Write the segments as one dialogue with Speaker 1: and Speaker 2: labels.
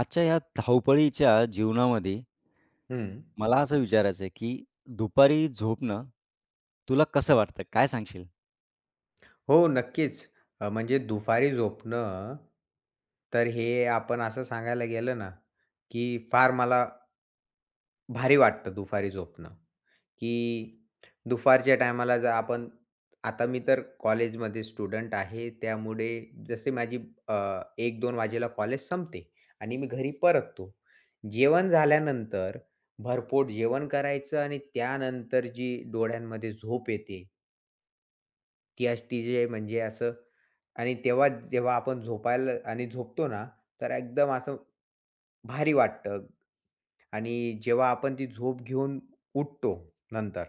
Speaker 1: आजच्या या धावपळीच्या जीवनामध्ये
Speaker 2: हं.
Speaker 1: मला असं विचारायचं आहे, की दुपारी झोपणं तुला कसं वाटतं? काय सांगशील?
Speaker 2: हो, नक्कीच. म्हणजे दुपारी झोपणं, तर हे आपण असं सांगायला गेलं ना, की फार मला भारी वाटतं दुपारी झोपणं, की दुपारच्या टायमाला जर आपण आता मी तर कॉलेजमध्ये स्टुडंट आहे, त्यामुळे जसे माझी अ, एक दोन वाजेला कॉलेज संपते आणि मी घरी परततो. जेवण झाल्यानंतर भरपोट जेवण करायचं आणि त्यानंतर जी डोळ्यांमध्ये झोप येते, ती अशी तिचे म्हणजे असं आणि तेव्हा जेव्हा आपण झोपायला आणि झोपतो ना, तर एकदम असं भारी वाटतं. आणि जेव्हा आपण ती झोप घेऊन उठतो नंतर,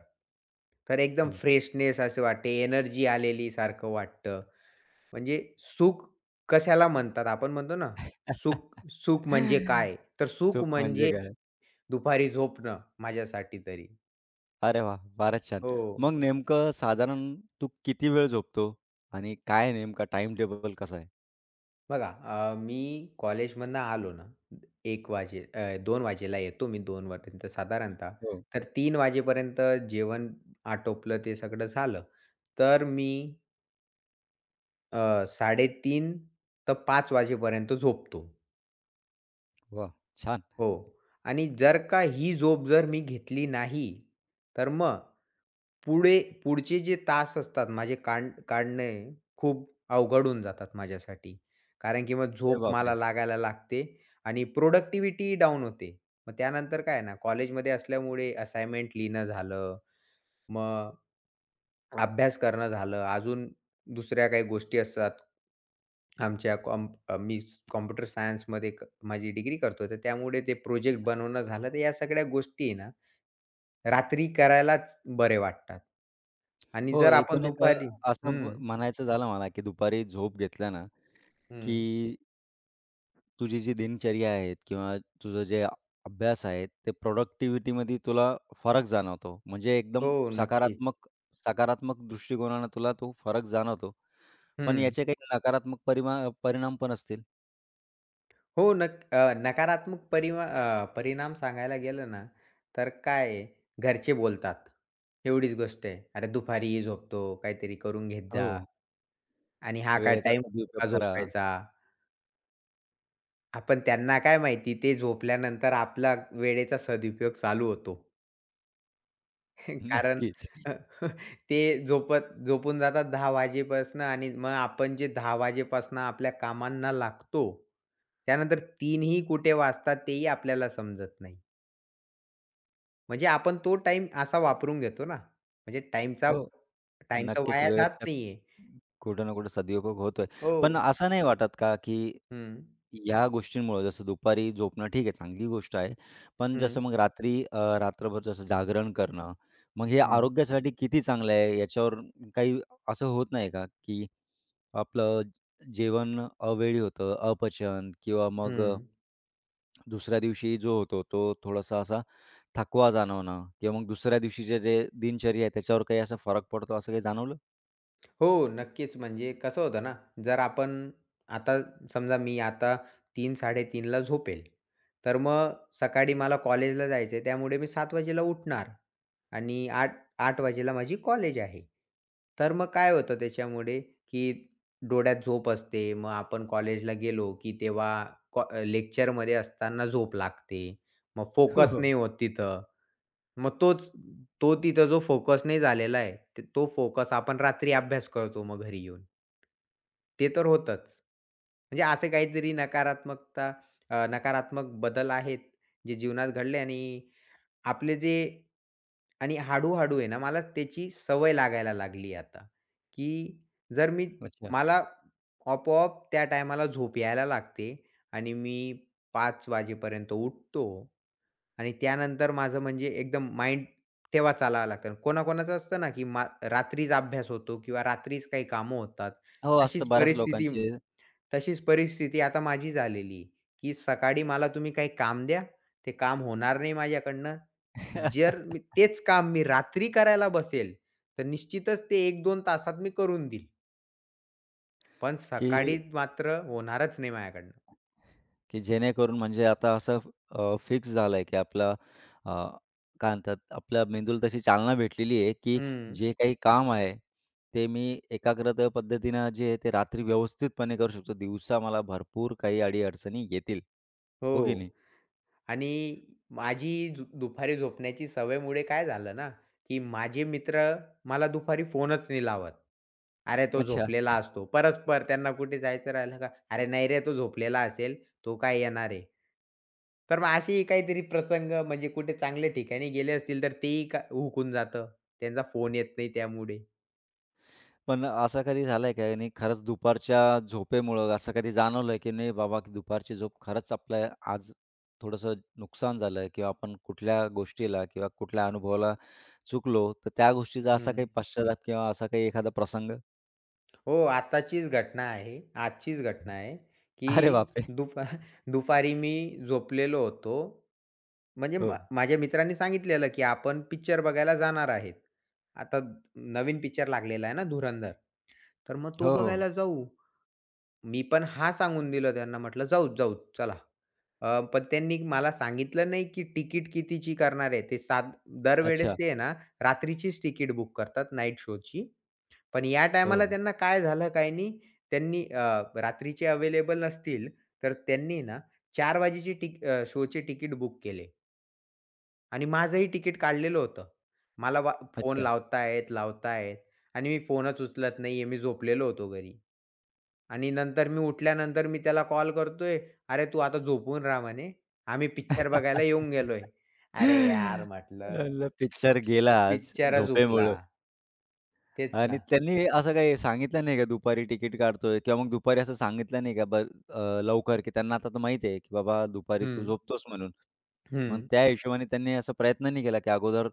Speaker 2: तर एकदम
Speaker 1: हो.
Speaker 2: फ्रेशनेस असे वाटते, एनर्जी आलेली सारखं वाटतं. म्हणजे सुख कशाला म्हणतात? आपण म्हणतो ना, सुख सुख म्हणजे काय? तर सुख
Speaker 1: सुख म्हणजे
Speaker 2: म्हणजे
Speaker 1: काय?
Speaker 2: दुपारी झोपणं माझ्यासाठी तरी.
Speaker 1: अरे वाह! फारच छान.
Speaker 2: हो.
Speaker 1: मग नेमकं साधारण तू किती वेळ झोपतो? आणि काय नेमका टाईम टेबल कसा आहे?
Speaker 2: बघा मी कॉलेजमधनं आलो ना, 1 वाजे अ, 2 वाजेला येतो मी 2 वाजेपर्यंत साधारणतः.
Speaker 1: हो.
Speaker 2: तर 3 वाजेपर्यंत जेवण आटोपलं ते सगळं झालं. तर मी अ, 3:30 तर 5 वाजेपर्यंत झोपतो.
Speaker 1: वाह! छान.
Speaker 2: हो आणि जर का ही झोप जर मी घेतली नाही, तर मग पुढे पुढचे जे तास असतात माझे काढणे खूप अवघड होऊन जातात माझ्यासाठी. कारण की मग
Speaker 1: अरे
Speaker 2: झोप
Speaker 1: बापरे!
Speaker 2: मला लागायला लागते आणि प्रोडक्टिव्हिटी डाऊन होते. मग त्यानंतर काय ना, कॉलेजमध्ये असल्यामुळे असाइनमेंट लिहिणं झालं, मग अभ्यास करणं झालं, अजून दुसऱ्या काही गोष्टी असतात. मी कॉम्प्युटर सायन्समध्ये माझी डिग्री करतो, तर त्यामुळे ते प्रोजेक्ट बनवणं झालं, तर या सगळ्या गोष्टी आहे ना, रात्री करायलाच बरे वाटतात. आणि
Speaker 1: हो,
Speaker 2: जर आपण
Speaker 1: एकूण एक
Speaker 2: दुपारी
Speaker 1: असं
Speaker 2: हं,
Speaker 1: म्हणायचं झालं मला, की दुपारी झोप घेतल्यानं की
Speaker 2: हं.
Speaker 1: तुझी जी दिनचर्या आहे किंवा तुझं जे अभ्यास आहे, ते प्रॉडक्टिव्हिटीमध्ये तुला फरक जाणवतो. म्हणजे एकदम
Speaker 2: हो, नक्कीच.
Speaker 1: सकारात्मक सकारात्मक दृष्टिकोनानं तुला तो फरक जाणवतो. पण
Speaker 2: हं.
Speaker 1: याचे काही नकारात्मक परिणाम पण असतील.
Speaker 2: नकारात्मक परिणाम सांगायला गेलं ना, तर काय आहे, घरचे बोलतात. एवढीच गोष्ट आहे. "अरे, दुपारी झोपतो, काहीतरी करून घेत
Speaker 1: हो.
Speaker 2: जा." आणि हा काय
Speaker 1: वेळेचा
Speaker 2: टाईम
Speaker 1: सदुपयोग
Speaker 2: का
Speaker 1: करा.
Speaker 2: झोपायचा. हां, त्यांना काय माहिती ते झोपल्यानंतर आपला वेळेचा सदुपयोग चालू होतो. कारण
Speaker 1: नक्कीच.
Speaker 2: अ, ते झोपून जातात 10 वाजेपासनं आणि मग आपण जे 10 वाजेपासनं आपल्या कामांना लागतो, त्यानंतर 3 कुठे वाजतात तेही आपल्याला समजत नाही. म्हणजे आपण तो टाईम असा वापरून घेतो ना. म्हणजे टाईमचा
Speaker 1: हो.
Speaker 2: टाईम तर
Speaker 1: नक्कीच
Speaker 2: वाया जात
Speaker 1: वेळेचा
Speaker 2: नाहीये.
Speaker 1: कुठं ना कुठं सदुपयोग होतोय.
Speaker 2: हो.
Speaker 1: पण असं नाही वाटत का, की
Speaker 2: हं.
Speaker 1: या गोष्टींमुळं जसं दुपारी झोपणं ठीक आहे, चांगली गोष्ट आहे. पण
Speaker 2: हं.
Speaker 1: जसं मग रात्री रात्रभर जसं जागरण करणं, मग हे
Speaker 2: हं.
Speaker 1: आरोग्यासाठी किती चांगलं आहे? याच्यावर काही असं होत नाही का, की आपलं जेवण अवेळी होतं, अपचन किंवा मग
Speaker 2: हं.
Speaker 1: दुसऱ्या दिवशी जो होतो, तो थोडासा असा थकवा जाणवणं किंवा मग दुसऱ्या दिवशीचे जे दिनचर्या आहे त्याच्यावर काही असा फरक पडतो असं काही जाणवलं?
Speaker 2: हो, नक्कीच. म्हणजे कसं होतं ना, जर आपण आता समजा मी आता 3-3:30 ला झोपेल, तर मग सकाळी मला कॉलेजला जायचं आहे, त्यामुळे मी 7 वाजेला उठणार आणि 8-8 वाजेला माझी कॉलेज आहे. तर मग काय होतं त्याच्यामुळे, की डोळ्यात झोप असते. मग आपण कॉलेजला गेलो, की तेव्हा लेक्चरमध्ये असताना झोप लागते. मग
Speaker 1: हो,
Speaker 2: फोकस
Speaker 1: हो.
Speaker 2: नाही होत तिथं. मग तोच तो तिथं जो फोकस नाही झालेला आहे, तो फोकस आपण रात्री अभ्यास करतो मग घरी येऊन. ते तर होतंच. म्हणजे असे काहीतरी नकारात्मकता अ, नकारात्मक बदल आहेत, जे जीवनात घडले आणि आपले जे आणि हळू-हळू आहे ना, मला त्याची सवय लागायला लागली आता, की जर मी
Speaker 1: अच्छा.
Speaker 2: मला आपोआप त्या टायमाला झोप यायला लागते आणि मी 5 वाजेपर्यंत उठतो. आणि त्यानंतर माझं म्हणजे एकदम माइंड तेव्हाच चालावं लागतं. कोणाकोणाचं असतं ना, की रात्रीच अभ्यास होतो किंवा रात्रीच काही कामं होतात.
Speaker 1: हो, असतं
Speaker 2: तशीच
Speaker 1: बऱ्याच
Speaker 2: परिस्थिती
Speaker 1: लोकांचे
Speaker 2: तशीच परिस्थिती आता माझी झालेली, की सकाळी मला तुम्ही काही काम द्या, ते काम होणार नाही माझ्याकडनं. जर मी तेच काम मी रात्री करायला बसेल, तर निश्चितच ते एक 2 तासात मी करून देईल. पण
Speaker 1: की
Speaker 2: सकाळी मात्र होणारच नाही माझ्याकडनं.
Speaker 1: की जेणेकरून म्हणजे आता असं फिक्स झालंय की आपला काय म्हणतात आपल्या मेंदूला तशी चालना भेटलेली आहे की
Speaker 2: हं.
Speaker 1: जे काही काम आहे ते मी एकाग्रता पद्धतीनं जे आहे ते रात्री व्यवस्थितपणे करू शकतो. दिवसा मला भरपूर काही अडी-अडचणी येतील. हो की नाही?
Speaker 2: हो. आणि माझी झ दुपारी झोपण्याची सवयमुळे काय झालं ना, की माझे मित्र मला दुपारी फोनच नाही लावत. "अरे, तो
Speaker 1: अच्छा.
Speaker 2: झोपलेला असतो." परस्पर त्यांना कुठे जायचं राहिलं का, "अरे, नाही रे, तो झोपलेला असेल, तो काय येणार आहे." तर मग असेही काहीतरी प्रसंग म्हणजे कुठे चांगल्या ठिकाणी गेले असतील, तर तेही का हुकून जातं. त्यांचा फोन येत नाही त्यामुळे.
Speaker 1: पण असं कधी झालंय का आणि खरंच दुपारच्या झोपेमुळं असं कधी जाणवलंय, की नाही बाबा, की दुपारची झोप खरंच आपलं आज थोडंसं नुकसान झालं किंवा आपण कुठल्या गोष्टीला किंवा कुठल्या अनुभवाला चुकलो, तर त्या गोष्टीचा असा
Speaker 2: हं.
Speaker 1: काही पश्चाताप किंवा असा काही एखादा प्रसंग?
Speaker 2: हो, आताचीच घटना आहे. आजचीच घटना आहे, की
Speaker 1: अरे बापरे!
Speaker 2: दुपा दुपारी मी झोपलेलो होतो. म्हणजे
Speaker 1: हो.
Speaker 2: माझ्या मित्रांनी सांगितलेलं, की आपण पिक्चर बघायला जाणार आहेत. आता नवीन पिक्चर लागलेला आहे ना धुरंधर. तर मग तो
Speaker 1: हो, हो.
Speaker 2: बघायला जाऊ. मी पण हां सांगून दिलं त्यांना म्हटलं, "जाऊ, जाऊ, चला." पण त्यांनी मला सांगितलं नाही, की तिकीट कितीची करणार आहे. ते साध दरवेळेस
Speaker 1: अच्छा.
Speaker 2: ते आहे ना, रात्रीचीच तिकीट बुक करतात नाईट शोची. पण या टायमाला
Speaker 1: हो.
Speaker 2: त्यांना काय झालं काय नाही, त्यांनी अ, रात्रीचे अवेलेबल नसतील, तर त्यांनी ना 4 वाजेची शोचे तिकीट बुक केले आणि माझंही तिकीट काढलेलं होतं. मला वा फोन
Speaker 1: अच्छा.
Speaker 2: लावतायेत, लावतायेत आणि मी फोनच उचलत नाहीये. मी झोपलेलो होतो घरी. आणि नंतर मी उठल्यानंतर मी त्याला कॉल करतोय, "अरे, तू आता झोपून राहा," म्हणे, "आम्ही पिक्चर बघायला येऊन गेलोय." अरे यार म्हटलं,
Speaker 1: म्हणलं पिक्चर गेला आज
Speaker 2: पिक्चरच हुकला.
Speaker 1: झोपेमुळं.
Speaker 2: तेच
Speaker 1: आणि
Speaker 2: ना.
Speaker 1: त्यांनी असं काही सांगितलं नाही का दुपारी तिकीट काढतोय किंवा मग दुपारी असं सांगितलं नाही का लवकर, की त्यांना आता तर माहिती आहे, की बाबा दुपारी तू
Speaker 2: हं,
Speaker 1: झोपतोस म्हणून. मग
Speaker 2: हं.
Speaker 1: त्या हिशोबाने त्यांनी असा प्रयत्न नाही केला, की अगोदर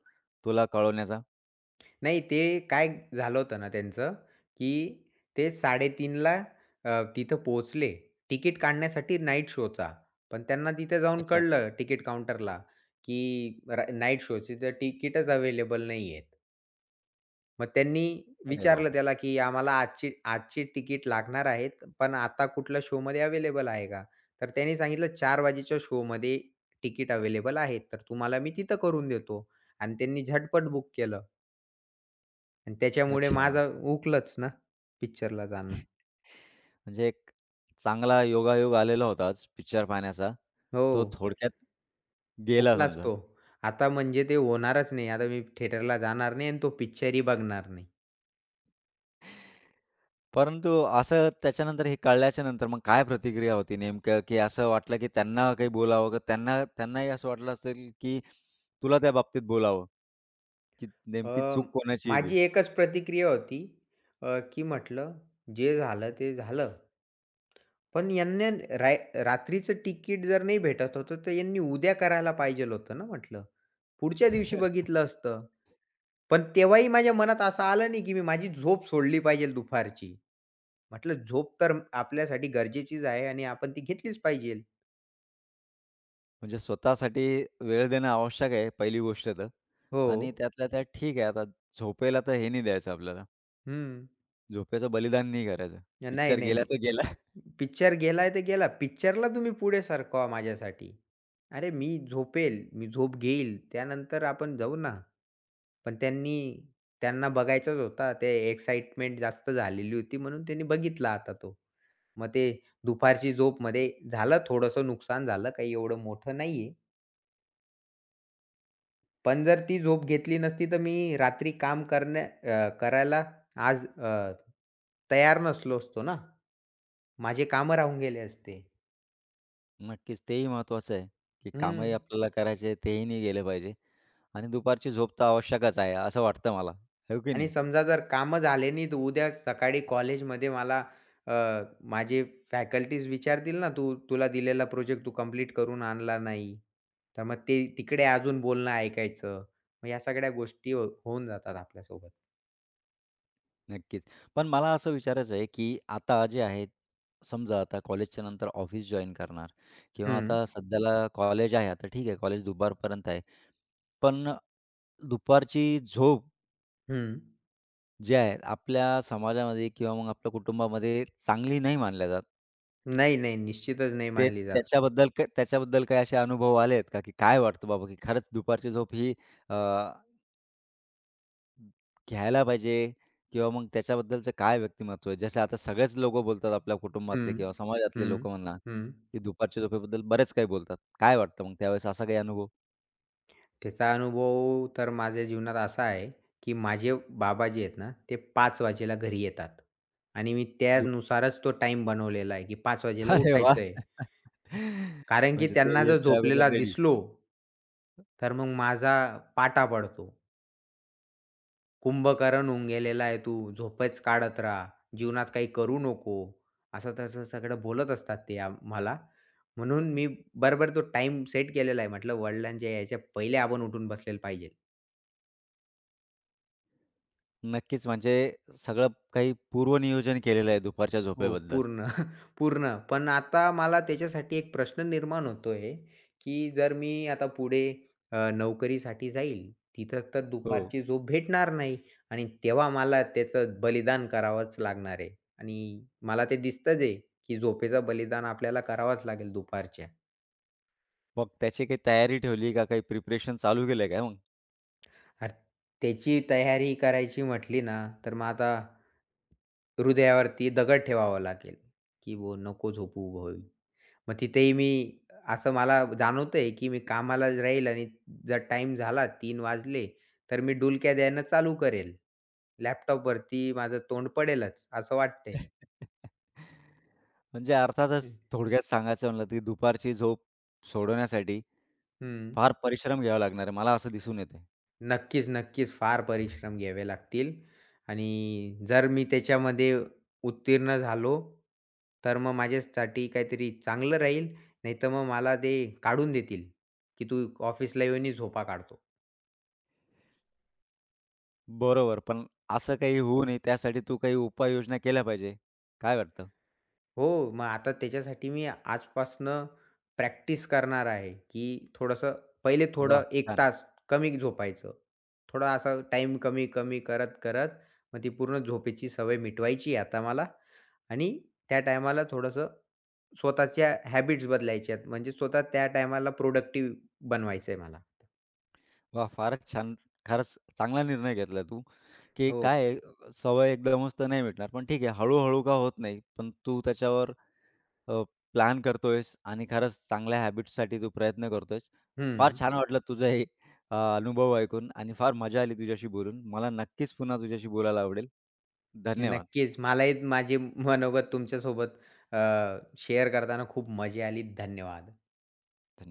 Speaker 1: तुला कळवण्याचा?
Speaker 2: नाही, ते काय झालं होतं ना त्यांचं, की ते 3:30ला अ, तिथं पोहोचले तिकीट काढण्यासाठी नाईट शोचा. पण त्यांना तिथे जाऊन
Speaker 1: अच्छा.
Speaker 2: कळलं तिकीट काउंटरला, की नाईट शोची तर तिकीटच अवेलेबल नाही आहेत. मग त्यांनी
Speaker 1: अरे
Speaker 2: विचारलं
Speaker 1: बापरे!
Speaker 2: त्याला, की "आम्हाला आजची आजची तिकीट लागणार आहेत, पण आता कुठल्या शोमध्ये अवेलेबल आहे का?" तर त्यांनी सांगितलं, "4 वाजेच्या शोमध्ये तिकीट अवेलेबल आहेत, तर तुम्हाला मी तिथं करून देतो." आणि त्यांनी झटपट बुक केलं. आणि त्याच्यामुळे
Speaker 1: अच्छा.
Speaker 2: माझा हुकलंच ना पिक्चरला जाणं.
Speaker 1: म्हणजे एक चांगला योगायोग आलेला होता आज पिक्चर पाहण्याचा. तो
Speaker 2: हो,
Speaker 1: थोडक्यात गेला
Speaker 2: हुकलाच
Speaker 1: समजा.
Speaker 2: तो. आता म्हणजे ते होणारच नाही. आता मी थिएटरला जाणार नाही आणि तो पिक्चरही बघणार नाही.
Speaker 1: परंतु असं त्याच्यानंतर हे कळल्याच्या नंतर मग काय प्रतिक्रिया होती नेमकं, की असं वाटलं की त्यांना काही बोलावं का त्यांना त्यांनाही असं वाटलं असेल की तुला त्या बाबतीत बोलावं, की
Speaker 2: अ,
Speaker 1: नेमकी चूक कोणाची आहे ती?
Speaker 2: माझी एकच प्रतिक्रिया होती की म्हटलं जे झालं ते झालं. पण यांनी राय रात्रीचं तिकीट जर नाही भेटत होतं, तर यांनी उद्या करायला पाहिजेल होतं ना म्हटलं. पुढच्या दिवशी बघितलं असतं. पण तेव्हाही माझ्या मनात असं आलं नाही, की मी माझी झोप सोडली पाहिजेल दुपारची. म्हटलं झोप तर आपल्यासाठी गरजेचीच आहे आणि आपण ती घेतलीच पाहिजे.
Speaker 1: म्हणजे स्वतःसाठी वेळ देणं आवश्यक आहे पहिली गोष्ट तर
Speaker 2: हो.
Speaker 1: आणि त्यातल्या त्यात ठीक आहे आता झोपेला तर हे नाही द्यायचं आपल्याला,
Speaker 2: हं.
Speaker 1: झोपेचं बलिदान नाही करायचं.
Speaker 2: नाही,
Speaker 1: पिक्चर
Speaker 2: नाही.
Speaker 1: गेला तर गेला.
Speaker 2: पिक्चर गेलाय तर गेला. पिक्चरला तुम्ही पुढे सरकवा माझ्यासाठी. अरे मी झोपेल, मी झोप घेईल, त्यानंतर आपण जाऊ ना. पण त्यांना बघायचाच होता. ते एक्साइटमेंट जास्त झालेली होती म्हणून त्यांनी बघितला आता तो. मग ते दुपारची झोपमध्ये थोडंसं नुकसान झालं, काही एवढं मोठं नाहीये. पण जर ती झोप घेतली नसती, तर मी रात्री करायला आज तयार नसलो असतो ना. माझे कामं राहून गेले असते.
Speaker 1: नक्कीच तेही महत्त्वाचं आहे, की कामही
Speaker 2: हं.
Speaker 1: आपल्याला करायचे आहे तेही नाही गेले पाहिजे आणि दुपारची झोप तर आवश्यकच आहे असं वाटतं मला, हो की
Speaker 2: आणि
Speaker 1: नाही?
Speaker 2: समजा जर कामं झाले नाही, तर उद्या सकाळी कॉलेजमध्ये मला अ, माझे फॅकल्टीज विचारतील ना, "तू तुला दिलेला प्रोजेक्ट तू कंप्लीट करून आणला नाही." तर मग ते तिकडे अजून बोलणं ऐकायचं. मग या सगळ्या गोष्टी होऊन जातात आपल्यासोबत.
Speaker 1: नक्कीच. पण मला असं विचारायचं आहे, की आता जे आहे, समजा आता कॉलेजच्या नंतर ऑफिस जॉइन करणार किंवा
Speaker 2: हं,
Speaker 1: आता सध्याला कॉलेज आहे, आता ठीक आहे कॉलेज दुपारपर्यंत आहे. पण दुपारची झोप
Speaker 2: हं.
Speaker 1: जी आहे आपल्या समाजामध्ये किंवा मग आपल्या कुटुंबामध्ये चांगली नाही मानल्या जात.
Speaker 2: नाही, नाही. निश्चितच नाही
Speaker 1: ते
Speaker 2: मानली जात.
Speaker 1: त्याच्याबद्दल त्याच्याबद्दल काही असे अनुभव आलेत का, की काय वाटतं बाबा, की खरंच दुपारची झोप ही घ्यायला पाहिजे किंवा मग त्याच्याबद्दलचं काय व्यक्तिमत्व आहे? जसं आता सगळेच लोकं बोलतात आपल्या कुटुंबातले
Speaker 2: हं,
Speaker 1: किंवा समाजातले
Speaker 2: हं,
Speaker 1: लोकं म्हणा,
Speaker 2: हं.
Speaker 1: की दुपारच्या झोपेबद्दल बरेच काही बोलतात. काय वाटतं मग त्यावेळेस असा काही अनुभव?
Speaker 2: त्याचा अनुभव तर माझ्या जीवनात असा आहे, की माझे बाबा जे आहेत ना, ते पाच वाजेला घरी येतात आणि मी
Speaker 1: दुप
Speaker 2: त्यानुसारच तो टाइम बनवलेला आहे, की 5:00 वाजेला
Speaker 1: अरे वाह!
Speaker 2: उठायचं आहे. कारण की
Speaker 1: म्हणजे ते
Speaker 2: त्यांना जर
Speaker 1: यायच्या
Speaker 2: झोपलेला
Speaker 1: अगोदर रेडी.
Speaker 2: दिसलो, तर मग माझा पाटा पडतो. कुंभकर्ण होऊन गेलेला आहे तू, झोपेच काढत राहा, जीवनात काही करू नको, असं-तसं सगळं बोलत असतात ते मला. म्हणून मी बरोबर तो टाइम सेट केलेला आहे. म्हटलं वडिलांच्या यायच्या पहिले आपण उठून बसलेलं पाहिजे.
Speaker 1: नक्कीच म्हणजे सगळं काही पूर्वनियोजन केलेलं आहे दुपारच्या
Speaker 2: हो,
Speaker 1: झोपेबद्दल.
Speaker 2: पूर्ण, पूर्ण. पण आता मला त्याच्यासाठी एक प्रश्न निर्माण होतोय, की जर मी आता पुढे नोकरीसाठी जाईल, तिथं तर
Speaker 1: हो.
Speaker 2: दुपारची झोप भेटणार नाही आणि तेव्हा मला त्याचं बलिदान करावंच लागणार आहे आणि मला ते दिसतंच आहे, की झोपेचं बलिदान आपल्याला करावंच लागेल दुपारच्या.
Speaker 1: मग त्याची काही तयारी ठेवली का? काही प्रिपरेशन चालू केलं काय
Speaker 2: अर त्याची तयारी करायची म्हटली ना, तर मग आता हृदयावरती दगड ठेवावा लागेल, की "वो नको झोपू भाई." मग तिथेही मी असं मला जाणवतंय, की मी कामाला राहील आणि जर टाइम झाला तीन वाजले, तर मी डुलक्या द्यायला चालू करेल. लॅपटॉपवरती माझं तोंड पडेलच असं वाटतंय.
Speaker 1: म्हणजे अर्थातच
Speaker 2: हं.
Speaker 1: थोडक्यात सांगायचं म्हणलं, की दुपारची झोप सोडवण्यासाठी
Speaker 2: हं.
Speaker 1: फार परिश्रम घ्यावा लागणार आहे. मला असं दिसून येतंय.
Speaker 2: नक्कीच, नक्कीच फार परिश्रम घ्यावे लागतील आणि जर मी त्याच्यामध्ये उत्तीर्ण झालो, तर मग माझ्यासाठी काहीतरी चांगलं राहील. नाहीतर मग मला ते काढून देतील, की "तू ऑफिसला येऊनही झोपा काढतो."
Speaker 1: बरोबर. पण असं काही होऊ नये त्यासाठी तू काही उपाययोजना केल्या पाहिजे. काय वाटतं?
Speaker 2: हो, मग आता त्याच्यासाठी मी आजपासनं प्रॅक्टिस करणार आहे, की थोडंसं पहिले
Speaker 1: वाह!
Speaker 2: थोडं 1
Speaker 1: छान.
Speaker 2: तास कमी झोपायचं. थोडा असा टाईम कमी-कमी करत-करत मग ती पूर्ण झोपेची सवय मिटवायची आता मला आणि त्या टायमाला थोडंसं स्वतःच्या हॅबिट्स बदलायच्या आहेत. म्हणजे स्वतः त्या टायमाला प्रोडक्टिव्ह बनवायचंय मला.
Speaker 1: वाह! फारच छान. खरंच चांगला निर्णय घेतला तू, की
Speaker 2: हो.
Speaker 1: काय आहे सवय एकदमच तर नाही भेटणार. पण ठीक आहे हळू का होत नाही, पण तू त्याच्यावर अ, प्लॅन करतोयस आणि खरंच चांगल्या हॅबिट्ससाठी तू प्रयत्न करतोयस. फार
Speaker 2: हं.
Speaker 1: छान वाटलं तुझा हे अनुभव ऐकून आणि फार मजा आली तुझ्याशी बोलून. मला नक्कीच पुन्हा तुझ्याशी बोलायला आवडेल. धन्यवाद.
Speaker 2: नक्कीच. मलाही माझे मनोगत तुमच्यासोबत शेअर करताना खूप मजा आली. धन्यवाद.
Speaker 1: धन्य